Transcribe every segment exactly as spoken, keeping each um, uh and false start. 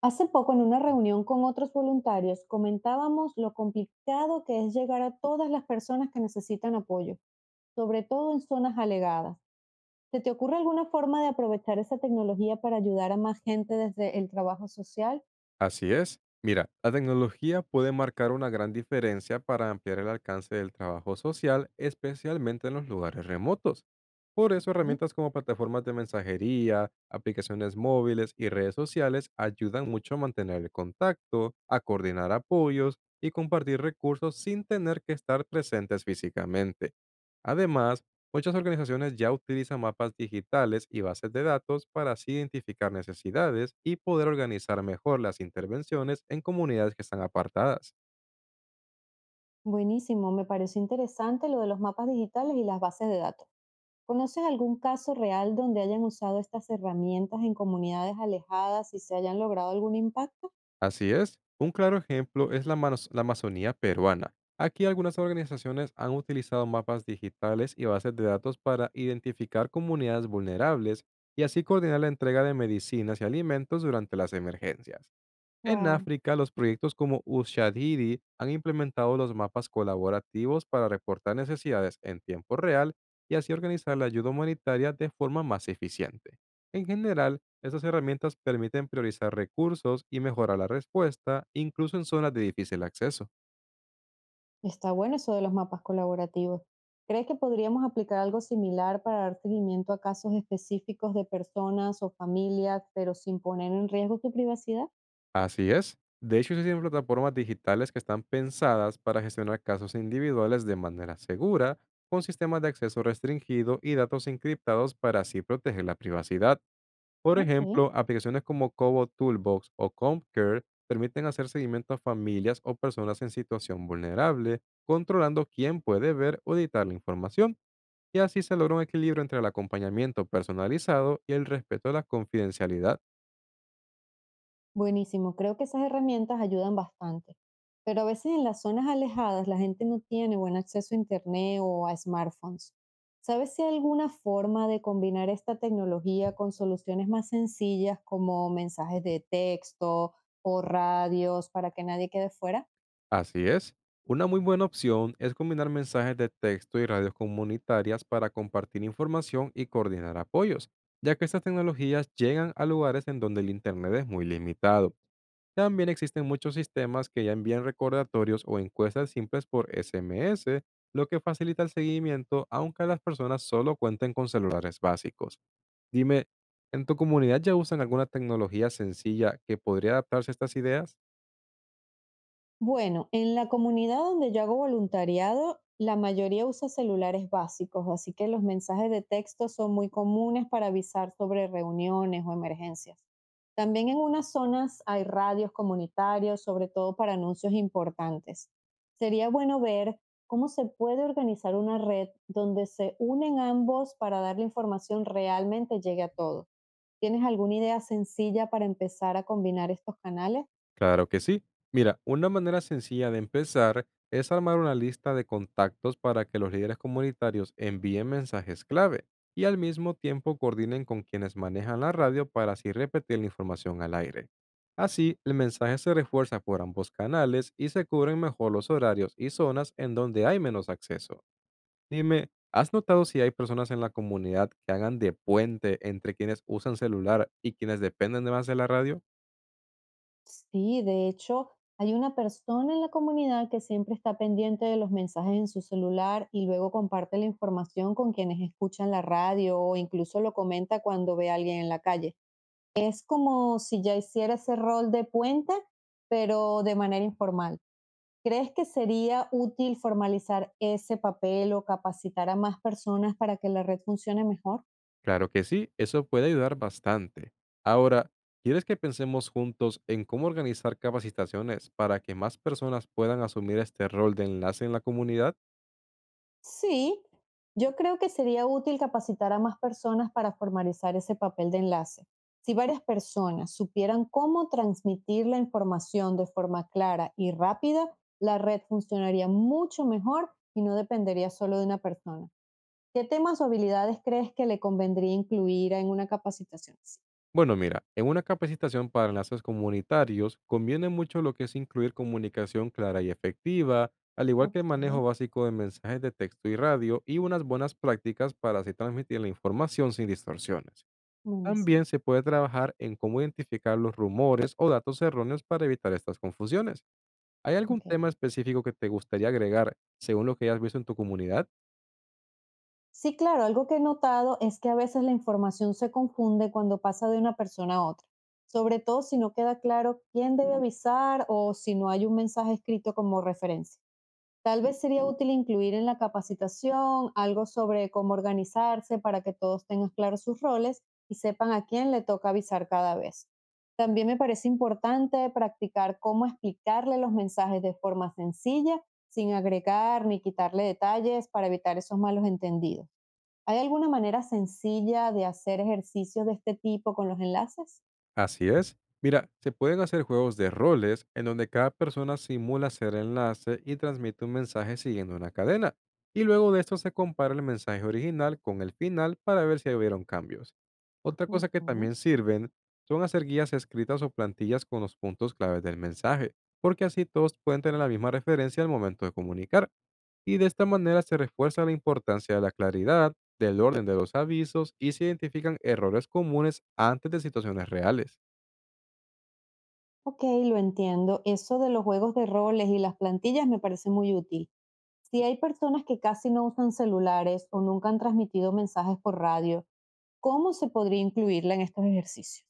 Hace poco, en una reunión con otros voluntarios, comentábamos lo complicado que es llegar a todas las personas que necesitan apoyo, sobre todo en zonas alegadas. ¿Se te ocurre alguna forma de aprovechar esa tecnología para ayudar a más gente desde el trabajo social? Así es. Mira, la tecnología puede marcar una gran diferencia para ampliar el alcance del trabajo social, especialmente en los lugares remotos. Por eso, Ok, herramientas como plataformas de mensajería, aplicaciones móviles y redes sociales ayudan mucho a mantener el contacto, a coordinar apoyos y compartir recursos sin tener que estar presentes físicamente. Además, muchas organizaciones ya utilizan mapas digitales y bases de datos para así identificar necesidades y poder organizar mejor las intervenciones en comunidades que están apartadas. buenísimo. Me pareció interesante lo de los mapas digitales y las bases de datos. ¿Conoces algún caso real donde hayan usado estas herramientas en comunidades alejadas y se hayan logrado algún impacto? Así es, un claro ejemplo es la, Amazo- la Amazonía peruana. Aquí algunas organizaciones han utilizado mapas digitales y bases de datos para identificar comunidades vulnerables y así coordinar la entrega de medicinas y alimentos durante las emergencias. En Wow. África, los proyectos como Ushahidi han implementado los mapas colaborativos para reportar necesidades en tiempo real y así organizar la ayuda humanitaria de forma más eficiente. En general, estas herramientas permiten priorizar recursos y mejorar la respuesta, incluso en zonas de difícil acceso. Está bueno eso de los mapas colaborativos. ¿Crees que podríamos aplicar algo similar para dar seguimiento a casos específicos de personas o familias, pero sin poner en riesgo su privacidad? Así es. De hecho, existen plataformas digitales que están pensadas para gestionar casos individuales de manera segura, con sistemas de acceso restringido y datos encriptados para así proteger la privacidad. Por Ok, ejemplo, aplicaciones como Kobo Toolbox o CompCare permiten hacer seguimiento a familias o personas en situación vulnerable, controlando quién puede ver o editar la información, y así se logra un equilibrio entre el acompañamiento personalizado y el respeto a la confidencialidad. buenísimo. Creo que esas herramientas ayudan bastante. Pero a veces en las zonas alejadas la gente no tiene buen acceso a Internet o a smartphones. ¿Sabes si hay alguna forma de combinar esta tecnología con soluciones más sencillas como mensajes de texto o radios para que nadie quede fuera? Así es, una muy buena opción es combinar mensajes de texto y radios comunitarias para compartir información y coordinar apoyos, ya que estas tecnologías llegan a lugares en donde el Internet es muy limitado. También existen muchos sistemas que ya envían recordatorios o encuestas simples por S M S, lo que facilita el seguimiento, aunque las personas solo cuenten con celulares básicos. Dime, ¿en tu comunidad ya usan alguna tecnología sencilla que podría adaptarse a estas ideas? Bueno, en la comunidad donde yo hago voluntariado, la mayoría usa celulares básicos, así que los mensajes de texto son muy comunes para avisar sobre reuniones o emergencias. También en unas zonas hay radios comunitarios, sobre todo para anuncios importantes. Sería bueno ver cómo se puede organizar una red donde se unen ambos para dar la información realmente llegue a todos. ¿Tienes alguna idea sencilla para empezar a combinar estos canales? Claro que sí. Mira, una manera sencilla de empezar es armar una lista de contactos para que los líderes comunitarios envíen mensajes clave y al mismo tiempo coordinen con quienes manejan la radio para así repetir la información al aire. Así, el mensaje se refuerza por ambos canales y se cubren mejor los horarios y zonas en donde hay menos acceso. Dime, ¿has notado si hay personas en la comunidad que hagan de puente entre quienes usan celular y quienes dependen más de la radio? Sí, de hecho, hay una persona en la comunidad que siempre está pendiente de los mensajes en su celular y luego comparte la información con quienes escuchan la radio o incluso lo comenta cuando ve a alguien en la calle. Es como si ya hiciera ese rol de puente, pero de manera informal. ¿Crees que sería útil formalizar ese papel o capacitar a más personas para que la red funcione mejor? Claro que sí, eso puede ayudar bastante. Ahora, ¿quieres que pensemos juntos en cómo organizar capacitaciones para que más personas puedan asumir este rol de enlace en la comunidad? Sí, yo creo que sería útil capacitar a más personas para formalizar ese papel de enlace. Si varias personas supieran cómo transmitir la información de forma clara y rápida, la red funcionaría mucho mejor y no dependería solo de una persona. ¿Qué temas o habilidades crees que le convendría incluir en una capacitación así? Bueno, mira, en una capacitación para enlaces comunitarios conviene mucho lo que es incluir comunicación clara y efectiva, al igual que el Ok, manejo básico de mensajes de texto y radio y unas buenas prácticas para así transmitir la información sin distorsiones. También buenísimo. se puede trabajar en cómo identificar los rumores o datos erróneos para evitar estas confusiones. ¿Hay algún Ok. tema específico que te gustaría agregar según lo que hayas visto en tu comunidad? Sí, claro, algo que he notado es que a veces la información se confunde cuando pasa de una persona a otra, sobre todo si no queda claro quién debe avisar o si no hay un mensaje escrito como referencia. Tal vez sería útil incluir en la capacitación algo sobre cómo organizarse para que todos tengan claros sus roles y sepan a quién le toca avisar cada vez. También me parece importante practicar cómo explicarle los mensajes de forma sencilla, sin agregar ni quitarle detalles para evitar esos malos entendidos. ¿Hay alguna manera sencilla de hacer ejercicios de este tipo con los enlaces? Así es. Mira, se pueden hacer juegos de roles en donde cada persona simula ser enlace y transmite un mensaje siguiendo una cadena. Y luego de esto se compara el mensaje original con el final para ver si hubieron cambios. Otra cosa que también Ujú. sirven son hacer guías escritas o plantillas con los puntos claves del mensaje, porque así todos pueden tener la misma referencia al momento de comunicar, y de esta manera se refuerza la importancia de la claridad, del orden de los avisos y se identifican errores comunes antes de situaciones reales. Ok, lo entiendo. Eso de los juegos de roles y las plantillas me parece muy útil. Si hay personas que casi no usan celulares o nunca han transmitido mensajes por radio, ¿cómo se podría incluirla en estos ejercicios?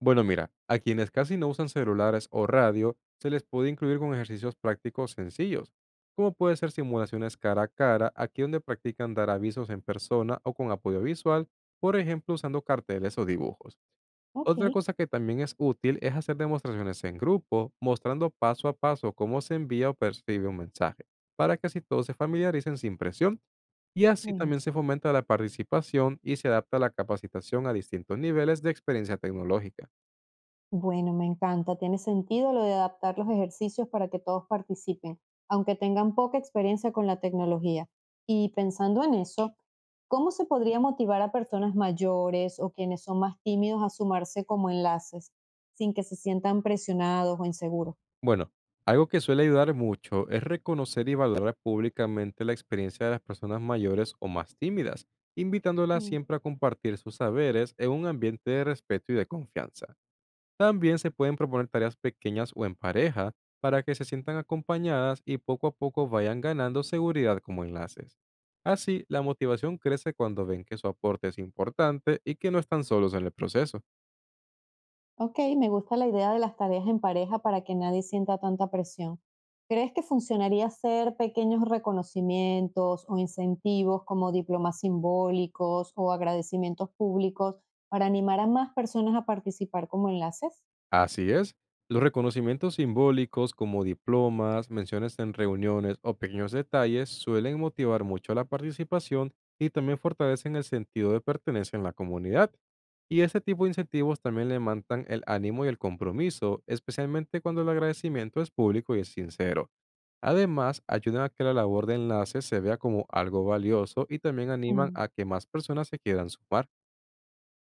Bueno, mira, a quienes casi no usan celulares o radio, se les puede incluir con ejercicios prácticos sencillos, como puede ser simulaciones cara a cara, aquí donde practican dar avisos en persona o con apoyo visual, por ejemplo usando carteles o dibujos. Ok, Otra cosa que también es útil es hacer demostraciones en grupo, mostrando paso a paso cómo se envía o percibe un mensaje, para que así todos se familiaricen sin presión y así también se buenísimo. fomenta la participación y se adapta la capacitación a distintos niveles de experiencia tecnológica. Bueno, me encanta. Tiene sentido lo de adaptar los ejercicios para que todos participen, aunque tengan poca experiencia con la tecnología. Y pensando en eso, ¿cómo se podría motivar a personas mayores o quienes son más tímidos a sumarse como enlaces sin que se sientan presionados o inseguros? Bueno, algo que suele ayudar mucho es reconocer y valorar públicamente la experiencia de las personas mayores o más tímidas, invitándolas siempre a compartir sus saberes en un ambiente de respeto y de confianza. También se pueden proponer tareas pequeñas o en pareja para que se sientan acompañadas y poco a poco vayan ganando seguridad como enlaces. Así, la motivación crece cuando ven que su aporte es importante y que no están solos en el proceso. Ok, me gusta la idea de las tareas en pareja para que nadie sienta tanta presión. ¿Crees que funcionaría hacer pequeños reconocimientos o incentivos como diplomas simbólicos o agradecimientos públicos para animar a más personas a participar como enlaces? Así es. Los reconocimientos simbólicos como diplomas, menciones en reuniones o pequeños detalles suelen motivar mucho la participación y también fortalecen el sentido de pertenencia en la comunidad. Y este tipo de incentivos también levantan el ánimo y el compromiso, especialmente cuando el agradecimiento es público y es sincero. Además, ayudan a que la labor de enlace se vea como algo valioso y también animan Mm, a que más personas se quieran sumar.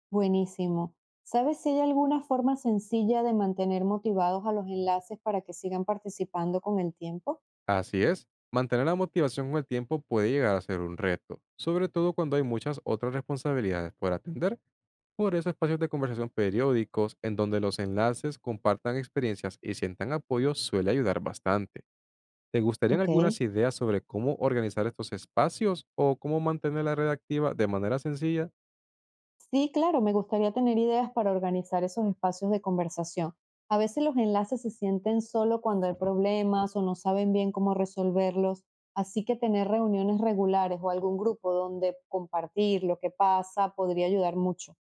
buenísimo. ¿Sabes si hay alguna forma sencilla de mantener motivados a los enlaces para que sigan participando con el tiempo? Así es, mantener la motivación con el tiempo puede llegar a ser un reto, sobre todo cuando hay muchas otras responsabilidades por atender. Por eso espacios de conversación periódicos en donde los enlaces compartan experiencias y sientan apoyo suele ayudar bastante. ¿Te gustarían Ok. algunas ideas sobre cómo organizar estos espacios o cómo mantener la red activa de manera sencilla? Sí, claro, me gustaría tener ideas para organizar esos espacios de conversación. A veces los enlaces se sienten solo cuando hay problemas o no saben bien cómo resolverlos, así que tener reuniones regulares o algún grupo donde compartir lo que pasa podría ayudar mucho.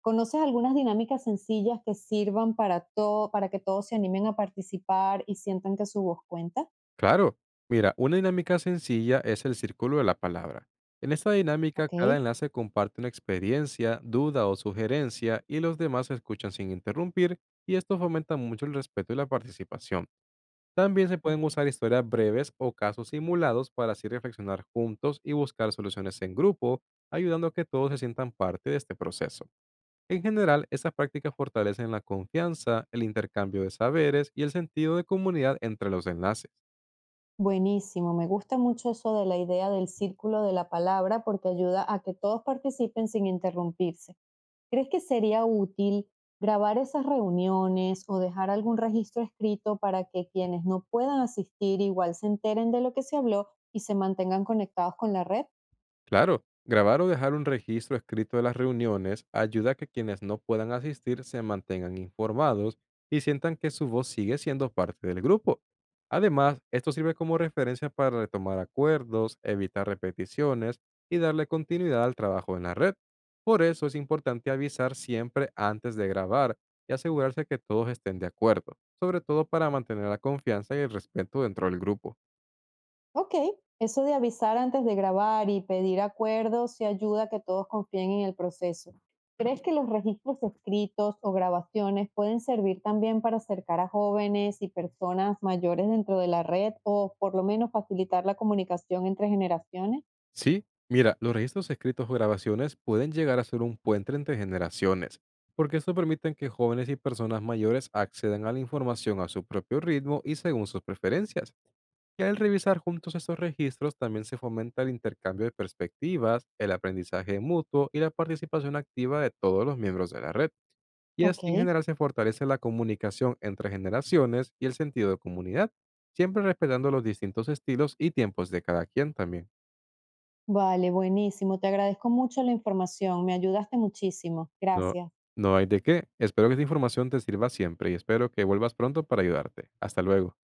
¿Conoces algunas dinámicas sencillas que sirvan para todo, para que todos se animen a participar y sientan que su voz cuenta? Claro. Mira, una dinámica sencilla es el círculo de la palabra. En esta dinámica, Ok, cada enlace comparte una experiencia, duda o sugerencia y los demás escuchan sin interrumpir y esto fomenta mucho el respeto y la participación. También se pueden ok. usar historias breves o casos simulados para así reflexionar juntos y buscar soluciones en grupo, ayudando a que todos se sientan parte de este proceso. En general, estas prácticas fortalecen la confianza, el intercambio de saberes y el sentido de comunidad entre los enlaces. Buenísimo, me gusta mucho eso de la idea del círculo de la palabra porque ayuda a que todos participen sin interrumpirse. ¿Crees que sería útil grabar esas reuniones o dejar algún registro escrito para que quienes no puedan asistir igual se enteren de lo que se habló y se mantengan conectados con la red? Claro, grabar o dejar un registro escrito de las reuniones ayuda a que quienes no puedan asistir se mantengan informados y sientan que su voz sigue siendo parte del grupo. Además, esto sirve como referencia para retomar acuerdos, evitar repeticiones y darle continuidad al trabajo en la red. Por eso es importante avisar siempre antes de grabar y asegurarse que todos estén de acuerdo, sobre todo para mantener la confianza y el respeto dentro del grupo. Ok, eso de avisar antes de grabar y pedir acuerdos se ayuda a que todos confíen en el proceso. ¿Crees que los registros escritos o grabaciones pueden servir también para acercar a jóvenes y personas mayores dentro de la red o por lo menos facilitar la comunicación entre generaciones? Sí, mira, los registros escritos o grabaciones pueden llegar a ser un puente entre generaciones, porque esto permite que jóvenes y personas mayores accedan a la información a su propio ritmo y según sus preferencias. Y al revisar juntos estos registros también se fomenta el intercambio de perspectivas, el aprendizaje mutuo y la participación activa de todos los miembros de la red. Y Ok, así en general se fortalece la comunicación entre generaciones y el sentido de comunidad, siempre respetando los distintos estilos y tiempos de cada quien también. vale, buenísimo. Te agradezco mucho la información. Me ayudaste muchísimo. No, Gracias. no hay de qué. Espero que esta información te sirva siempre y espero que vuelvas pronto para ayudarte. Hasta luego.